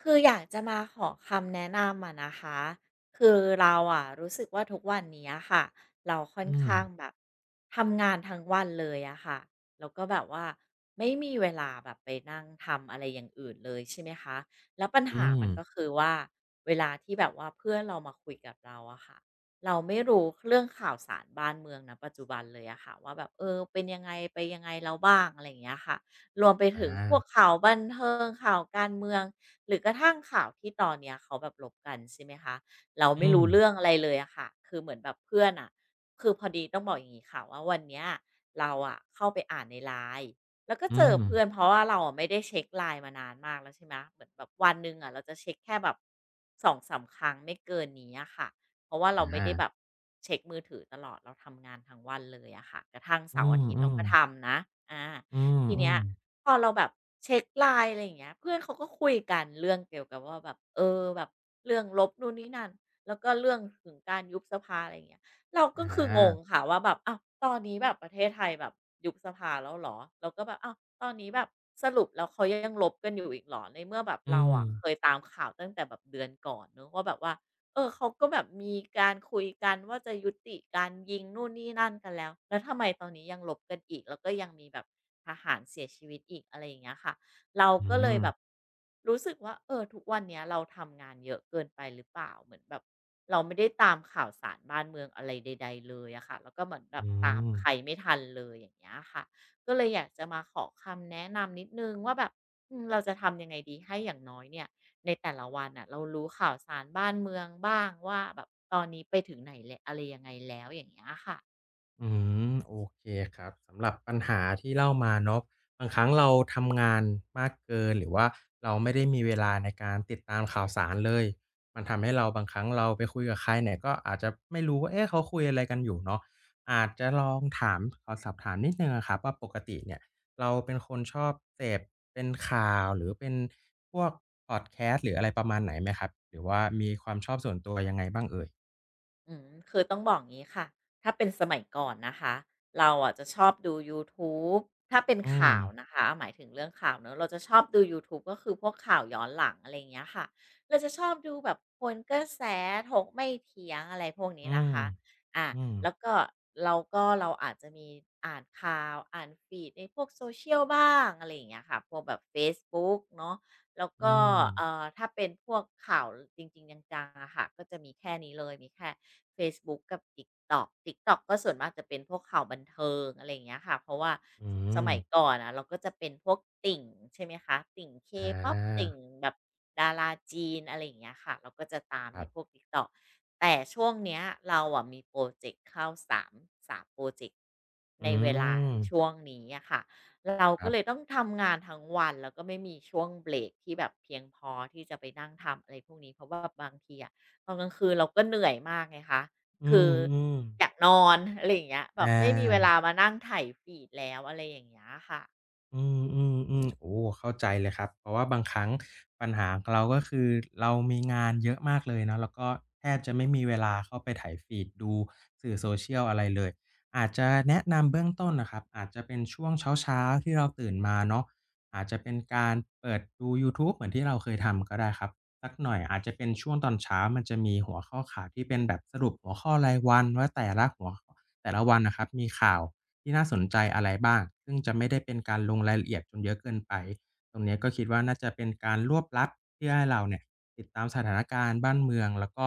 คืออยากจะมาขอคำแนะนำอะนะคะคือเราอะรู้สึกว่าทุกวันนี้อะค่ะเราค่อนอืมข้างแบบทำงานทั้งวันเลยอะค่ะแล้วก็แบบว่าไม่มีเวลาแบบไปนั่งทำอะไรอย่างอื่นเลยใช่ไหมคะแล้วปัญอืหามมันก็คือว่าเวลาที่แบบว่าเพื่อนเรามาคุยกับเราอะค่ะเราไม่รู้เรื่องข่าวสารบ้านเมืองนะปัจจุบันเลยอะค่ะว่าแบบเป็นยังไงไปยังไงแล้วบ้างอะไรอย่างเงี้ยค่ะรวมไปถึงพวอากข่าวบันเทิงข่าวการเมือง หรือกระทั่งข่าวที่ตอนเนี้ยเขาแบบลบกันใช่ไหมคะเราไม่อืมรู้เรื่องอะไรเลยอะค่ะคือเหมือนแบบเพื่อนอะคือพอดีต้องบอกอย่างนี้ค่ะว่าวันเนี้ยเราอะเข้าไปอ่านในไลน์แล้วก็อืเจอเพื่อนมเพราะว่าเราอะไม่ได้เช็ค l i n มานานมากแล้วใช่ไหมเหมือนแบบวันหนึ่งอะเราจะเช็คแค่แบบสองสามครั้งไม่เกินนี้อะค่ะเพราะว่าเราไม่ได้อาแบบเช็คมือถือตลอดเราทำงานทั้งวันเลยอะค่ะกระทั่งอืเสาร์อาทิตย์เรามก็ๆทำนะอา อืทีเนี้ยมๆพอเราแบบเช็คไลาย e อะไรอย่างเงี้ยเพื่อนเขาก็คุยกันเรื่องเกี่ยวกับว่าแบบแบบเรื่องลบนู่นนี่นั่นแล้วก็เรื่องถึงการยุบสภาอะไรอย่างเงี้ยเราอก็คืองงาค่ะว่าแบบอ้าวตอนนี้แบบประเทศไทยแบบยุบสภาแล้วเหรอเราก็แบบอ้าวตอนนี้แบบสรุปแล้วเขายังรบกันอยู่อีกเหรอในเมื่อแบบอืเรามอะเคยตามข่าวตั้งแต่แบบเดือนก่อนเนาะว่าแบบว่า เขาก็แบบมีการคุยกันว่าจะยุติการยิงนู่นนี่นั่นกันแล้วแล้วทำไมตอนนี้ยังรบกันอีกแล้วก็ยังมีแบบทหารเสียชีวิตอีกอะไรอย่างเงี้ยค่ะเราอืก็เลยมแบบรู้สึกว่าทุกวันเนี้ยเราทำงานเยอะเกินไปหรือเปล่าเหมือนแบบเราไม่ได้ตามข่าวสารบ้านเมืองอะไรใดๆเลยอะค่ะแล้วก็เหมือนแบอืบตามม ใครไม่ทันเลยอย่างเงี้ยค่ะก็เลยอยากจะมาขอคำแนะนำนิดนึงว่าแบบเราจะทำยังไงดีให้อย่างน้อยเนี่ย ในแต่ละวันน่ะเรารู้ข่าวสารบ้านเมืองบ้างว่าแบบตอนนี้ไปถึงไหนแลวอะไรยังไงแล้วอย่างเงี้ยค่ะ อืมโอเคครับสำหรับปัญหาที่เล่ามาเนาะบางครั้งเราทำงานมากเกินหรือว่าเราไม่ได้มีเวลาในการติดตามข่าวสารเลยมันทำให้เราบางครั้งเราไปคุยกับใครเนี่ยก็อาจจะไม่รู้ว่าเอ๊ะเขาคุยอะไรกันอยู่เนาะอาจจะลองถามขอสอบถามนิดหนึ่งอะครับว่าปกติเนี่ยเราเป็นคนชอบเสพเป็นข่าวหรือเป็นพวกพอดแคสต์หรืออะไรประมาณไหนไหมครับหรือว่ามีความชอบส่วนตัวยังไงบ้างเอ่ยอืมคือต้องบอกงี้ค่ะถ้าเป็นสมัยก่อนนะคะเราอะจะชอบดูยูทูบถ้าเป็นอืมข่าวนะคะหมายถึงเรื่องข่าวเนอะเราจะชอบดูยูทูบก็คือพวกข่าวย้อนหลังอะไรอย่างเงี้ยค่ะเราจะชอบดูแบบคนกระแสถกไม่เถียงอะไรพวกนี้อืนะมคะอะอืมแล้วก็เราอาจจะมีอ่านข่าวอ่านฟีดในพวก s เช i ยลบ้างอะไรอย่างเงี้ยค่ะพวกแบบเฟซบุ๊กเนาะแล้วอืก็ม ถ้าเป็นพวกข่าวจริงๆจังๆอะค่ะก็จะมีแค่นี้เลยมีแค่ เฟซบุ๊กกับ TikTok TikTok ก็ส่วนมากจะเป็นพวกข่าวบันเทิงอะไรอย่างเงี้ยค่ะเพราะว่าอืสมมัยก่อนอะเราก็จะเป็นพวกติ่งใช่ไหมคะติ่ง อ K-pop ติ่งาแบบดาราจีนอะไรอย่างเงี้ยค่ะเราก็จะตามคในรัพวก บ TikTok แต่ช่วงเนี้ยเราอะมีพรอเจกต์เข้า 3พรอเจกต์อืในเวลาช่วมงนี้อะค่ะเราคก็รับเลยต้องทำงานทั้งวันแล้วก็ไม่มีช่วงเบรกที่แบบเพียงพอที่จะไปนั่งทำอะไรพวกนี้เพราะว่าบางทีอะ ตอนกลางคืนเราก็เหนื่อยมากไงคะอืคือมอยากๆนอนอะไรอย่างเงี้ยอแบบไม่มีเวลาา มานั่งไถายฟีดแล้วอะไรอย่างเงี้ยค่ะ อืมอืมอมโอ้เข้าใจเลยครับเพราะว่าบางครั้งปัญหาของเราก็คือเรามีงานเยอะมากเลยเนาะแล้วก็แทบจะไม่มีเวลาเข้าไปถ่ายฟีดดูสื่อโซเชียลอะไรเลยอาจจะแนะนำเบื้องต้นนะครับอาจจะเป็นช่วงเช้าๆที่เราตื่นมาเนาะอาจจะเป็นการเปิดดูยูทูบเหมือนที่เราเคยทำก็ได้ครับสักหน่อยอาจจะเป็นช่วงตอนเช้ามันจะมีหัวข้อข่าวที่เป็นแบบสรุปหัวข้อรายวันว่าแต่ละหัวข้อแต่ละวันนะครับมีข่าว ที่น่าสนใจอะไรบ้าง ซึ่งจะไม่ได้เป็นการลงรายละเอียดจนเยอะเกินไป ตรงเนี้ยก็คิดว่าน่าจะเป็นการรวบลัดเพื่อให้เราเนี่ยติดตามสถานการณ์บ้านเมืองแล้วก็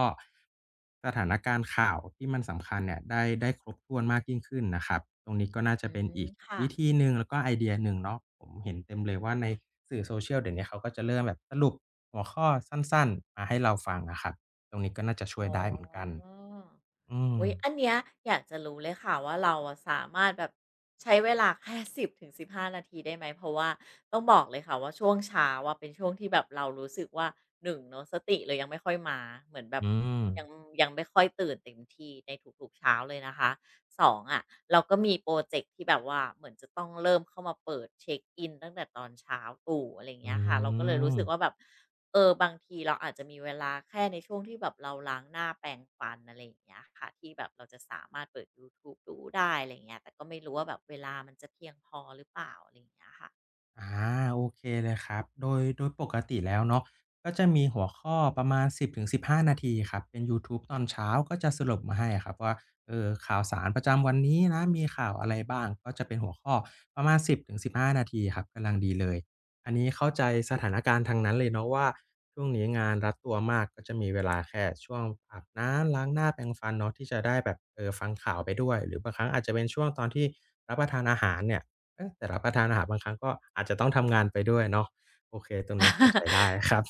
สถานการณ์ข่าวที่มันสำคัญเนี่ยได้ได้ครบถ้วนมากยิ่งขึ้นนะครับตรงนี้ก็น่าจะอืเป็นมอีกค่ะวิธีหนึ่งแล้วก็ไอเดียหนึ่งเนาะผมเห็นเต็มเลยว่าในสื่อโซเชียลเดี๋ยวนี้เขาก็จะเริ่มแบบสรุปหัวข้อสั้นๆมาให้เราฟังอะครับตรงนี้ก็น่าจะช่วยอ๋อ ได้เหมือนกันอืมอุ๊ยอันเนี้ยอยากจะรู้เลยค่ะว่าเราอะสามารถแบบใช้เวลา แค่1 0 1านาทีได้ไหมเพราะว่าต้องบอกเลยค่ะว่าช่วงเช้าอะเป็นช่วงที่แบบเรารู้สึกว่า1เนาะสติเลยยังไม่ค่อยมาเหมือนแบบอืมยังยังไม่ค่อยตื่นเต็มที่ในทุกๆเช้าเลยนะคะ2องอะเราก็มีโปรเจกต์ที่แบบว่าเหมือนจะต้องเริ่มเข้ามาเปิดเช็คอินตั้งแต่ตอนเช้าตู่อะไรอย่างอืเงี้ยค่ะเราก็เลยรู้สึกว่าม แบบ บางทีเราอาจจะมีเวลาแค่ในช่วงที่แบบเราล้างหน้าแปรงฟันอะไรอย่างเงี้ยค่ะที่แบบเราจะสามารถเปิดยูทูบดูได้อะไรอย่างเงี้ยแต่ก็ไม่รู้ว่าแบบเวลามันจะเพียงพอหรือเปล่าอะไรอย่างเงี้ยค่ะ อาโอเคเลยครับโดยโดยปกติแล้วเนาะก็จะมีหัวข้อประมาณ10-15นาทีครับเป็นยูทูบตอนเช้าก็จะสรุปมาให้ครับว่าเออข่าวสารประจำวันนี้นะมีข่าวอะไรบ้างก็จะเป็นหัวข้อประมาณ10-15นาทีครับกำลังดีเลยอันนี้เข้าใจสถานการณ์ทางนั้นเลยเนาะว่าช่วงนี้งานรัดตัวมากก็จะมีเวลาแค่ช่วงอาบน้ำล้างหน้าแปรงฟันเนาะที่จะได้แบบเออฟังข่าวไปด้วยหรือบางครั้งอาจจะเป็นช่วงตอนที่รับประทานอาหารเนี่ย เอ๊ะแต่รับประทานอาหารบางครั้งก็อาจจะต้องทำงานไปด้วยเนาะโอเคตรงนี้เข้าใจได้ครับ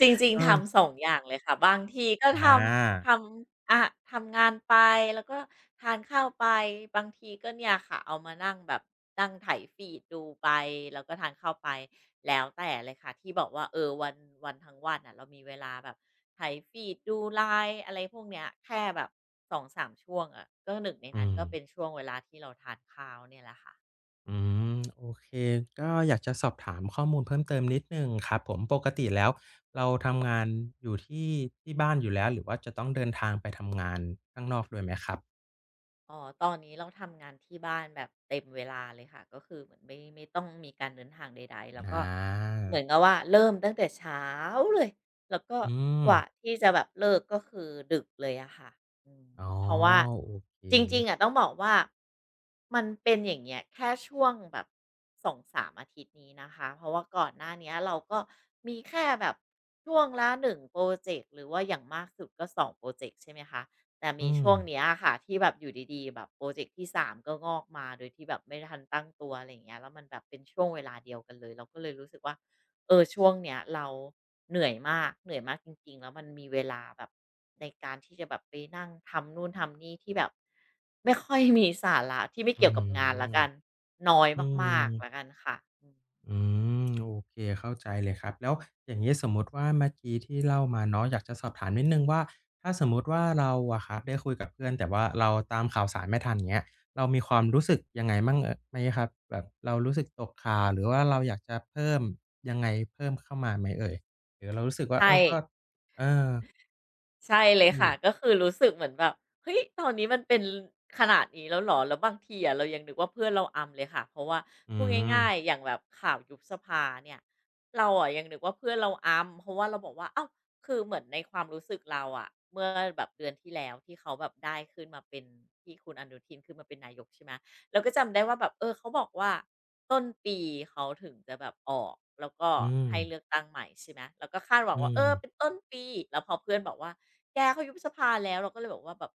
จริง เอๆอทำสองอย่างเลยค่ะบางทีก็อำทาำอาทำงานไปแล้วก็ทานข้าวไปบางทีก็เนี่ยค่ะเอามานั่งแบบนั่งไถฟีดดูไปแล้วก็ทานข้าวไปแล้วแต่เลยค่ะที่บอกว่าเออวันทั้งวันอะเรามีเวลาแบบไถฟีดดู LINE อะไรพวกเนี้ยแค่แบบสองสามช่วงอะก็หนึ่งในนั้อืนมก็เป็นช่วงเวลาที่เราทานข้าวเนี่ยแหละค่ะ อืมโอเคก็อยากจะสอบถามข้อมูลเพิ่มเติมนิดหนึ่งครับผมปกติแล้วเราทำงานอยู่ที่ที่บ้านอยู่แล้วหรือว่าจะต้องเดินทางไปทำงานข้างนอกด้วยไหมครับอ๋อตอนนี้เราทำงานที่บ้านแบบเต็มเวลาเลยค่ะ ก็คือเหมือนไม่ต้องมีการเดินทางใดๆแล้วอาก็เหมือนกับว่าเริ่มตั้งแต่เช้าเลย แล้วก็อืมกว่าที่จะแบบเลิกก็คือดึกเลยอะค่ะอืมอ๋อเพราะว่าโอเคจริงๆอะต้องบอกว่ามันเป็นอย่างเงี้ยแค่ช่วงแบบสองสามอาทิตย์นี้นะคะ เพราะว่าก่อนหน้าเนี้ยเราก็มีแค่แบบช่วงละหนึ่งโปรเจกต์หรือว่าอย่างมากสุดก็สองโปรเจกต์ใช่ไหมคะ แต่อืมีมช่วงเนี้ยค่ะที่แบบอยู่ดีๆแบบโปรเจกต์ที่3ก็งอกมาโดยที่แบบไม่ทันตั้งตัวอะไรอย่างเงี้ยแล้วมันแบบเป็นช่วงเวลาเดียวกันเลยเราก็เลยรู้สึกว่าเออช่วงเนี้ยเราเหนื่อยมากเหนื่อยมากจริงๆแล้วมันมีเวลาแบบในการที่จะแบบไปนั่งทำนู่นทำนี่ที่แบบไม่ค่อยมีสาระที่ไม่อืเกี่ยอวฮกับงานแล้วกันึน้อยอืมากๆละม กันค่ะอืมอืมโอเคเข้าใจเลยครับแล้วอย่างงี้สมมุติว่าเมื่อกี้ที่เล่ามาเนาะอยากจะสอบถามนิดหนึ่งว่าถ้าสมมุติว่าเราอะครับได้คุยกับเพื่อนแต่ว่าเราตามข่าวสารไม่ทันอย่างเงี้ยเรามีความรู้สึกยังไงมั่งไหมครับแบบเรารู้สึกตกข่าวหรือว่าเราอยากจะเพิ่มยังไงเพิ่มเข้ามาไหมเอ่ยหรือเรารู้สึกว่าเอใช่ อก็เออใช่เลยอืค่ะมก็คือรู้สึกเหมือนแบบเฮ้ยตอนนี้มันเป็นขนาดนี้แล้วเหรอแล้วบางทีอะเรายังนึกว่าเพื่อนเราอำเลยค่ะเพราะว่าอืพูดง่ายๆมอย่างแบบข่าวยุบสภาเนี่ยเราอะยังนึกว่าเพื่อนเราอำเพราะว่าเราบอกว่าเอ้าคือเหมือนในความรู้สึกเราอะเมื่อแบบเดือนที่แล้วที่เขาแบบได้ขึ้นมาเป็นที่คุณอนุทินขึ้นมาเป็นนายกใช่ไหมเราก็จำได้ว่าแบบเออเขาบอกว่าต้นปีเขาถึงจะแบบออกแล้วก็อืมให้เลือกตั้งใหม่ใช่ไหมแล้วก็คาดหวังอืว่ามเออเป็นต้นปีแล้วพอเพื่อนบอกว่า แกเขายุบสภาแล้วเราก็เลยบอกว่าแบบ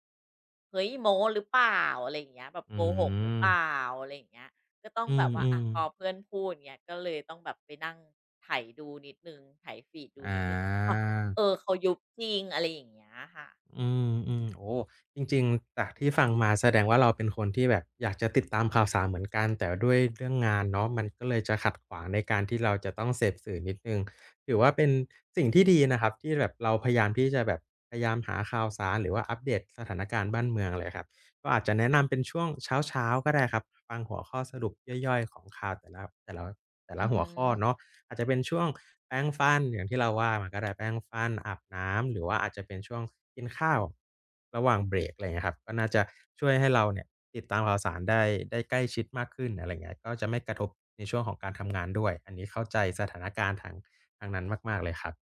เฮ้ยโม้หรือเปล่าอะไรอย่างเงี้ยแบบโกอืหกหรือเปล่ามอะไรอย่างเงี้ยก็ต้องอืแบบว่าอะมพๆอเพื่อนพูดอย่างเงี้ยก็เลยต้องแบบไปนั่งไถดูนิดหนึ่งไถฟีดดูอา นิดหนึ่งแล้วก็อ้าวเออเขายุบจริงอะไรอย่างเงี้ยค่ะอืมอืมโอ้จริงๆจากที่ฟังมาแสดงว่าเราเป็นคนที่แบบอยากจะติดตามข่าวสารเหมือนกันแต่ด้วยเรื่องงานเนาะมันก็เลยจะขัดขวางในการที่เราจะต้องเสพสื่อนิดนึงถือว่าเป็นสิ่งที่ดีนะครับที่แบบเราพยายามที่จะแบบพยายามหาข่าวสารหรือว่าอัปเดตสถานการณ์บ้านเมืองเลยครับ ก็อาจจะแนะนำเป็นช่วงเช้าๆก็ได้ครับฟังหัวข้อสรุปย่อยๆของข่าวแต่ละแต่ละแต่ละอือหัวฮึ ข้อเนาะอาจจะเป็นช่วงแปรงฟันอย่างที่เราว่ามาก็ได้แปรงฟันอาบน้ำหรือว่าอาจจะเป็นช่วงกินข้าวระหว่างเบรกอะไรอย่างเงี้ยครับก็น่าจะช่วยให้เราเนี่ยติดตามข่าวสารได้ได้ใกล้ชิดมากขึ้นอะไรอย่างเงี้ยก็จะไม่กระทบในช่วงของการทำงานด้วยอันนี้เข้าใจสถานการณ์ทางทางนั้นมากๆเลยครับ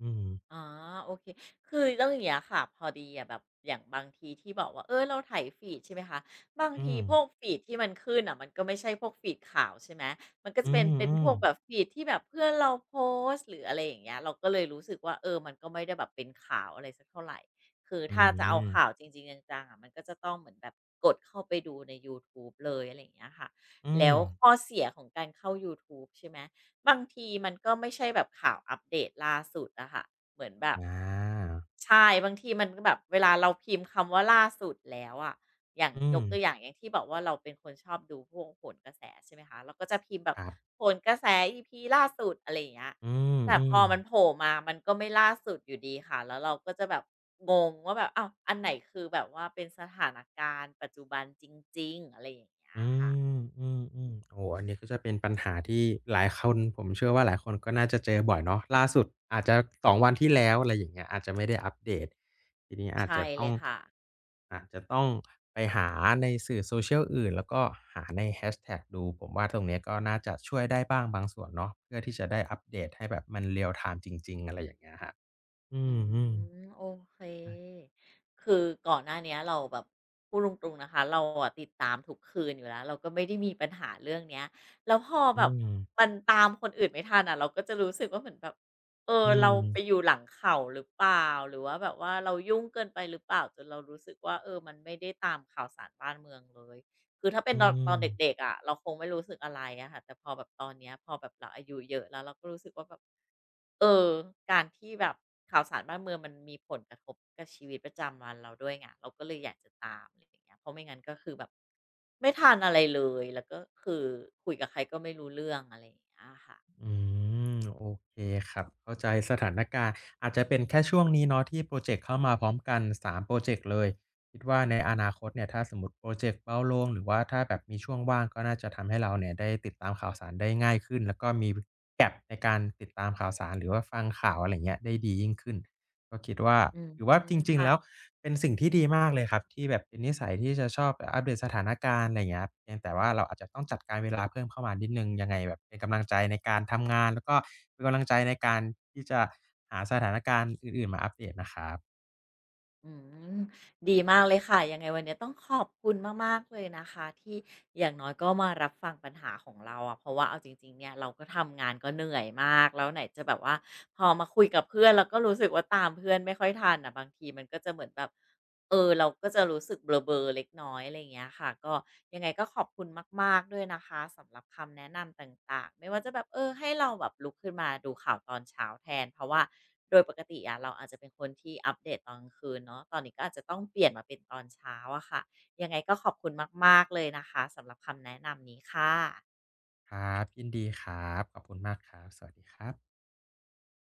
อืมอ๋อโอเคคือเรื่องอย่างเงี้ยค่ะพอดีอะแบบอย่างบางทีที่บอกว่าเออเราไยฟีดใช่ไหมคะบางอืทีมพวกฟีดที่มันขึ้นอ่ะมันก็ไม่ใช่พวกฟีดข่าวใช่ไหมมันก็อืจะเป็นพมวกแบบๆฟีดที่แบบเพื่อนเราโพสต์หรืออะไรอย่างเงี้ยเราก็เลยรู้สึกว่าเออมันก็ไม่ได้แบบเป็นข่าวอะไรสักเท่าไหร่คืออืถ้าจะเอาข่าวมจริงๆจังๆอะมันก็จะต้องเหมือนแบบกดเข้าไปดูในยูทูบเลยอะไรอย่างเงี้ยค่ะอืแล้มวข้อเสียของการเข้ายูทูบใช่ไหมบางทีมันก็ไม่ใช่แบบข่าวอัปเดตล่าสุดอะค่ะ เหมือนแบบอา ใช่บางทีมันก็แบบเวลาเราพิมพ์คำว่าล่าสุดแล้วอะอย่างอืยมกตัวอย่างอย่างที่บอกว่าเราเป็นคนชอบดูพวกโหนกระแสใช่ไหมคะเราก็จะพิมพ์แบบครับโหนกระแส EP ล่าสุดอะไรอย่างเงี้ยอืมแต่อืพมอมันโผล่มามันก็ไม่ล่าสุดอยู่ดีค่ะแล้วเราก็จะแบบงงว่าแบบอ้าวอันไหนคือแบบว่าเป็นสถานการณ์ปัจจุบันจริงๆอะไรอย่างเงี้ยอืค่ะมอืมอืมโอ้โฮอันนี้ก็จะเป็นปัญหาที่หลายคนผมเชื่อว่าหลายคนก็น่าจะเจอบ่อยเนาะล่าสุดอาจจะ2วันที่แล้วอะไรอย่างเงี้ยอาจจะไม่ได้อัปเดตทีนี้อาจใช่จะเลต้องยค่ะ อาจจะต้องไปหาในสื่อ social อื่นแล้วก็หาในแฮชแท็กดูผมว่าตรงเนี้ยก็น่าจะช่วยได้บ้างบางส่วนเนาะเพื่อที่จะได้อัปเดตให้แบบมัน real time จริงๆอะไรอย่างเงี้ยครับอือืมมโอเคๆอาคือก่อนหน้าเนี้ยเราแบบพูดตรงๆนะคะเราอะติดตามทุกคืนอยู่แล้วเราก็ไม่ได้มีปัญหาเรื่องเนี้ยแล้วพอืมอืแบบมมันตามคนอื่นไม่ทันอะเราก็จะรู้สึกว่าเหมือนแบบเอออืเรามไปอยู่หลังเขาหรือเปล่าหรือว่าแบบว่าเรายุ่งเกินไปหรือเปล่าจนเรารู้สึกว่าเออมันไม่ได้ตามข่าวสารบ้านเมืองเลยคือถ้าเป็นอืตอนม ตอนเด็กๆอะเราคงไม่รู้สึกอะไรอะค่ะแต่พอแบบตอนเนี้ยพอแบบเราอายุเยอะแล้วเราก็รู้สึกว่าแบบ เออการที่แบบข่าวสารบ้านเมืองมันมีผลกระทบกับชีวิตประจำวันเราด้วยไงเราก็เลยอยากจะตามอะไรอย่างเงี้ยเพราะไม่งั้นก็คือแบบไม่ทันอะไรเลยแล้วก็คือคุยกับใครก็ไม่รู้เรื่องอะไรอย่างเงี้ยค่ะอืมโอเคครับเข้าใจสถานการณ์อาจจะเป็นแค่ช่วงนี้เนาะที่พรอเจกต์เข้ามาพร้อมกัน3พรอเจกต์เลยคิดว่าในอนาคตเนี่ยถ้าสมมุติพรอเจกต์เบาลงหรือว่าถ้าแบบมีช่วงว่างก็น่าจะทำให้เราเนี่ยได้ติดตามข่าวสารได้ง่ายขึ้นแล้วก็มี gap ในการติดตามข่าวสารหรือว่าฟังข่าวอะไรอย่างเงี้ยได้ดียิ่งขึ้น ก็คิดว่าอืมถือว่าจริงๆค่ะ แล้วเป็นสิ่งที่ดีมากเลยครับที่แบบเป็นนิสัยที่จะชอบแบบอัปเดตสถานการณ์อะไรอย่างเงี้ยครับเพียงแต่ว่าเราอาจจะต้องจัดการเวลาเพิ่มเข้ามานิดหนึ่งยังไงแบบเป็นกำลังใจในการทำงานแล้วก็เป็นกำลังใจในการที่จะหาสถานการณ์อื่นๆมาอัปเดตนะครับอืมดีมากเลยค่ะยังไงวันนี้ต้องขอบคุณมากๆเลยนะคะที่อย่างน้อยก็มารับฟังปัญหาของเราอะเพราะว่าเอาจริงๆเนี่ยเราก็ทำงานก็เหนื่อยมากแล้วไหนจะแบบว่าพอมาคุยกับเพื่อนเราก็รู้สึกว่าตามเพื่อนไม่ค่อยทันอะบางทีมันก็จะเหมือนแบบ เออเราก็จะรู้สึกเบลอๆเล็กน้อยอะไรอย่างเงี้ยค่ะก็ยังไงก็ขอบคุณมากๆด้วยนะคะสำหรับคำแนะนำต่างๆไม่ว่าจะแบบเออให้เราแบบลุกขึ้นมาดูข่าวตอนเช้าแทนเพราะว่าโดยปกติอะเราอาจจะเป็นคนที่อัปเดตตอนกลางคืนเนาะตอนนี้ก็อาจจะต้องเปลี่ยนมาเป็นตอนเช้าอะค่ะยังไงก็ขอบคุณมากๆเลยนะคะสำหรับคำแนะนำนี้ค่ะครับยินดีครับขอบคุณมากครับสวัสดีครับ